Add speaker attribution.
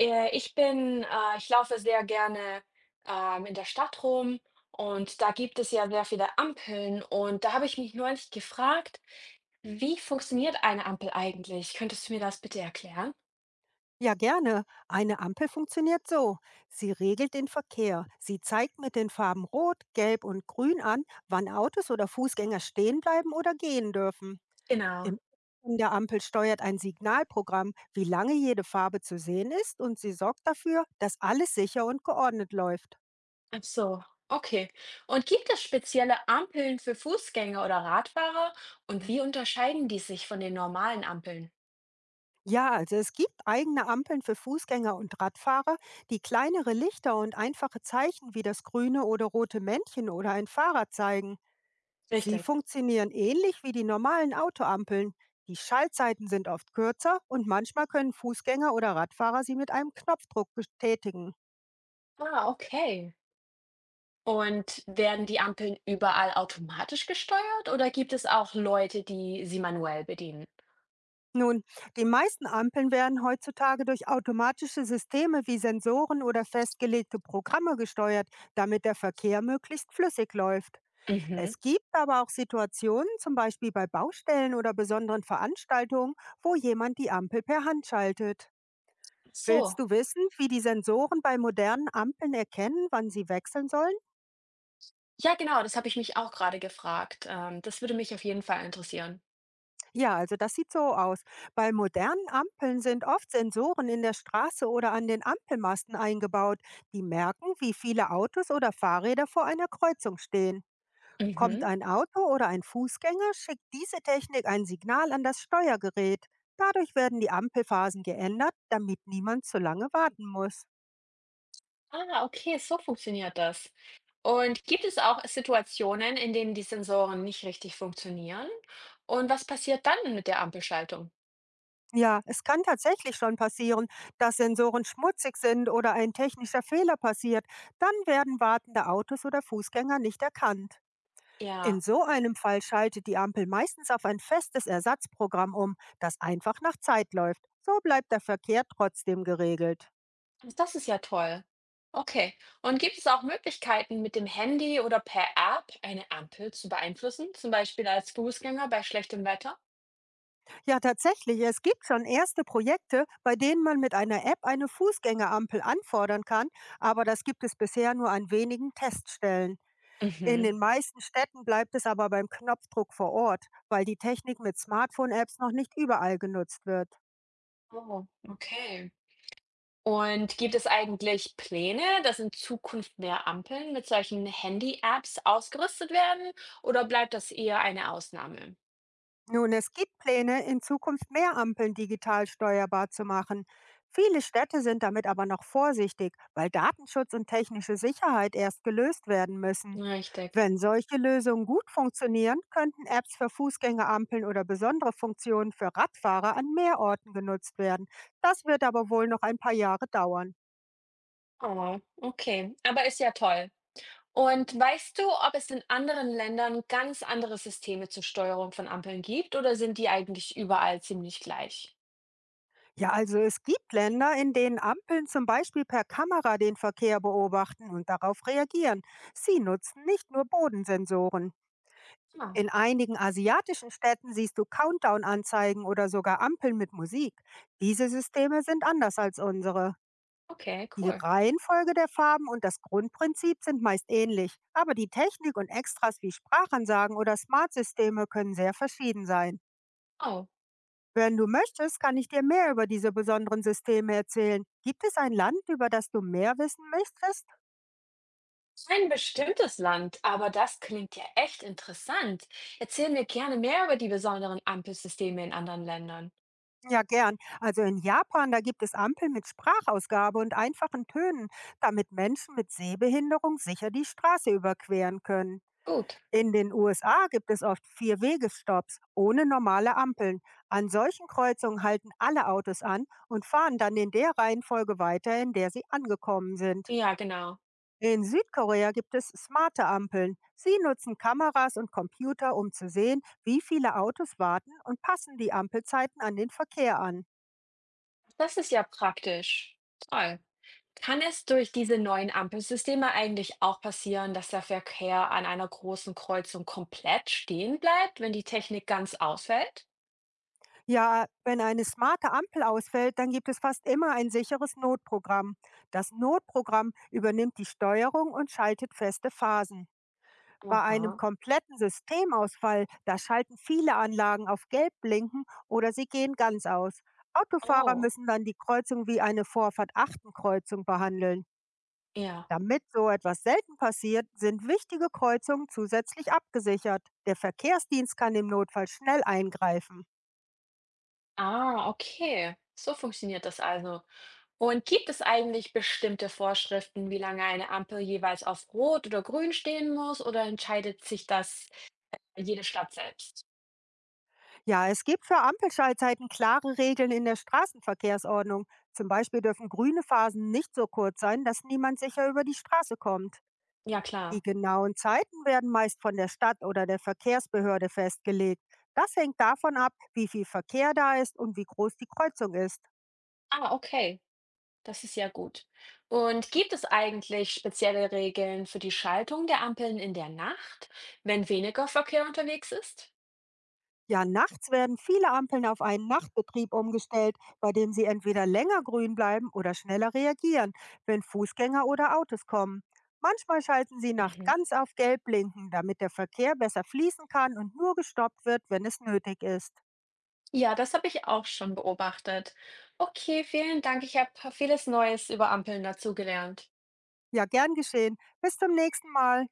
Speaker 1: Ich bin ich laufe sehr gerne, in der Stadt rum und da gibt es ja sehr viele Ampeln und da habe ich mich neulich gefragt: „Wie funktioniert eine Ampel eigentlich?“ Könntest du mir das bitte erklären?
Speaker 2: Ja, gerne. Eine Ampel funktioniert so. Sie regelt den Verkehr. Sie zeigt mit den Farben Rot, Gelb und Grün an, wann Autos oder Fußgänger stehen bleiben oder gehen dürfen.
Speaker 1: Genau.
Speaker 2: Im Inneren der Ampel steuert ein Signalprogramm, wie lange jede Farbe zu sehen ist und sie sorgt dafür, dass alles sicher und geordnet läuft.
Speaker 1: Ach so, okay. Und gibt es spezielle Ampeln für Fußgänger oder Radfahrer und wie unterscheiden die sich von den normalen Ampeln?
Speaker 2: Ja, also es gibt eigene Ampeln für Fußgänger und Radfahrer, die kleinere Lichter und einfache Zeichen wie das grüne oder rote Männchen oder ein Fahrrad zeigen. Sie
Speaker 1: Richtig.
Speaker 2: funktionieren ähnlich wie die normalen Autoampeln. Die Schaltzeiten sind oft kürzer und manchmal können Fußgänger oder Radfahrer sie mit einem Knopfdruck betätigen.
Speaker 1: Ah, okay. Und werden die Ampeln überall automatisch gesteuert oder gibt es auch Leute, die sie manuell bedienen?
Speaker 2: Nun, die meisten Ampeln werden heutzutage durch automatische Systeme wie Sensoren oder festgelegte Programme gesteuert, damit der Verkehr möglichst flüssig läuft.
Speaker 1: Mhm.
Speaker 2: Es gibt aber auch Situationen, zum Beispiel bei Baustellen oder besonderen Veranstaltungen, wo jemand die Ampel per Hand schaltet. Willst
Speaker 1: So.
Speaker 2: du wissen, wie die Sensoren bei modernen Ampeln erkennen, wann sie wechseln sollen?
Speaker 1: Ja, genau, das habe ich mich auch gerade gefragt. Das würde mich auf jeden Fall interessieren.
Speaker 2: Ja, also das sieht so aus. Bei modernen Ampeln sind oft Sensoren in der Straße oder an den Ampelmasten eingebaut, die merken, wie viele Autos oder Fahrräder vor einer Kreuzung stehen. Kommt
Speaker 1: Mhm.
Speaker 2: ein Auto oder ein Fußgänger, schickt diese Technik ein Signal an das Steuergerät. Dadurch werden die Ampelphasen geändert, damit niemand zu lange warten muss.
Speaker 1: Ah, okay, so funktioniert das. Und gibt es auch Situationen, in denen die Sensoren nicht richtig funktionieren? Und was passiert dann mit der Ampelschaltung?
Speaker 2: Ja, es kann tatsächlich schon passieren, dass Sensoren schmutzig sind oder ein technischer Fehler passiert. Dann werden wartende Autos oder Fußgänger nicht erkannt.
Speaker 1: Ja.
Speaker 2: In so einem Fall schaltet die Ampel meistens auf ein festes Ersatzprogramm um, das einfach nach Zeit läuft. So bleibt der Verkehr trotzdem geregelt.
Speaker 1: Das ist ja toll. Okay. Und gibt es auch Möglichkeiten, mit dem Handy oder per App eine Ampel zu beeinflussen, zum Beispiel als Fußgänger bei schlechtem Wetter?
Speaker 2: Ja, tatsächlich, es gibt schon erste Projekte, bei denen man mit einer App eine Fußgängerampel anfordern kann, aber das gibt es bisher nur an wenigen Teststellen. In
Speaker 1: Mhm.
Speaker 2: den meisten Städten bleibt es aber beim Knopfdruck vor Ort, weil die Technik mit Smartphone-Apps noch nicht überall genutzt wird.
Speaker 1: Oh, okay. Und gibt es eigentlich Pläne, dass in Zukunft mehr Ampeln mit solchen Handy-Apps ausgerüstet werden, oder bleibt das eher eine Ausnahme?
Speaker 2: Nun, es gibt Pläne, in Zukunft mehr Ampeln digital steuerbar zu machen. Viele Städte sind damit aber noch vorsichtig, weil Datenschutz und technische Sicherheit erst gelöst werden müssen.
Speaker 1: Richtig.
Speaker 2: Wenn solche Lösungen gut funktionieren, könnten Apps für Fußgängerampeln oder besondere Funktionen für Radfahrer an mehr Orten genutzt werden. Das wird aber wohl noch ein paar Jahre dauern.
Speaker 1: Oh, okay. Aber ist ja toll. Und weißt du, ob es in anderen Ländern ganz andere Systeme zur Steuerung von Ampeln gibt oder sind die eigentlich überall ziemlich gleich?
Speaker 2: Ja, also es gibt Länder, in denen Ampeln zum Beispiel per Kamera den Verkehr beobachten und darauf reagieren. Sie nutzen nicht nur Bodensensoren.
Speaker 1: Ah,
Speaker 2: In einigen asiatischen Städten siehst du Countdown-Anzeigen oder sogar Ampeln mit Musik. Diese Systeme sind anders als unsere.
Speaker 1: okay,
Speaker 2: Die
Speaker 1: cool.
Speaker 2: Reihenfolge der Farben und das Grundprinzip sind meist ähnlich, aber die Technik und Extras wie Sprachansagen oder Smart-Systeme können sehr verschieden sein.
Speaker 1: Oh,
Speaker 2: Wenn du möchtest, kann ich dir mehr über diese besonderen Systeme erzählen. Gibt es ein Land, über das du mehr wissen möchtest?
Speaker 1: kein bestimmtes Land, aber das klingt ja echt interessant. Erzähl mir gerne mehr über die besonderen Ampelsysteme in anderen Ländern.
Speaker 2: Ja, gern. Also in Japan, da gibt es Ampeln mit Sprachausgabe und einfachen Tönen, damit Menschen mit Sehbehinderung sicher die Straße überqueren können.
Speaker 1: Gut.
Speaker 2: In den USA gibt es oft Vier-Wege-Stops ohne normale Ampeln. An solchen Kreuzungen halten alle Autos an und fahren dann in der Reihenfolge weiter, in der sie angekommen sind.
Speaker 1: Ja, genau.
Speaker 2: In Südkorea gibt es smarte Ampeln. Sie nutzen Kameras und Computer, um zu sehen, wie viele Autos warten und passen die Ampelzeiten an den Verkehr an.
Speaker 1: Das ist ja praktisch. Toll. Kann es durch diese neuen Ampelsysteme eigentlich auch passieren, dass der Verkehr an einer großen Kreuzung komplett stehen bleibt, wenn die Technik ganz ausfällt?
Speaker 2: Ja, wenn eine smarte Ampel ausfällt, dann gibt es fast immer ein sicheres Notprogramm. Das Notprogramm übernimmt die Steuerung und schaltet feste Phasen. Bei einem
Speaker 1: Aha.
Speaker 2: kompletten Systemausfall, da schalten viele Anlagen auf Gelb blinken oder sie gehen ganz aus. Autofahrer
Speaker 1: Oh,
Speaker 2: müssen dann die Kreuzung wie eine Vorfahrt-Achten-Kreuzung behandeln.
Speaker 1: ja.
Speaker 2: Damit so etwas selten passiert, sind wichtige Kreuzungen zusätzlich abgesichert. Der Verkehrsdienst kann im Notfall schnell eingreifen.
Speaker 1: Ah, okay. So funktioniert das also. Und gibt es eigentlich bestimmte Vorschriften, wie lange eine Ampel jeweils auf Rot oder Grün stehen muss, oder entscheidet sich das jede Stadt selbst?
Speaker 2: Ja, es gibt für Ampelschaltzeiten klare Regeln in der Straßenverkehrsordnung. Zum Beispiel dürfen grüne Phasen nicht so kurz sein, dass niemand sicher über die Straße kommt.
Speaker 1: Ja, klar.
Speaker 2: Die genauen Zeiten werden meist von der Stadt oder der Verkehrsbehörde festgelegt. Das hängt davon ab, wie viel Verkehr da ist und wie groß die Kreuzung ist.
Speaker 1: Ah, okay. Das ist ja gut. Und gibt es eigentlich spezielle Regeln für die Schaltung der Ampeln in der Nacht, wenn weniger Verkehr unterwegs ist?
Speaker 2: Ja, nachts werden viele Ampeln auf einen Nachtbetrieb umgestellt, bei dem sie entweder länger grün bleiben oder schneller reagieren, wenn Fußgänger oder Autos kommen. Manchmal schalten sie Nacht
Speaker 1: Mhm.
Speaker 2: ganz auf Gelb blinken, damit der Verkehr besser fließen kann und nur gestoppt wird, wenn es nötig ist.
Speaker 1: Ja, das habe ich auch schon beobachtet. Okay, vielen Dank. Ich habe vieles Neues über Ampeln dazugelernt.
Speaker 2: Ja, gern geschehen. Bis zum nächsten Mal.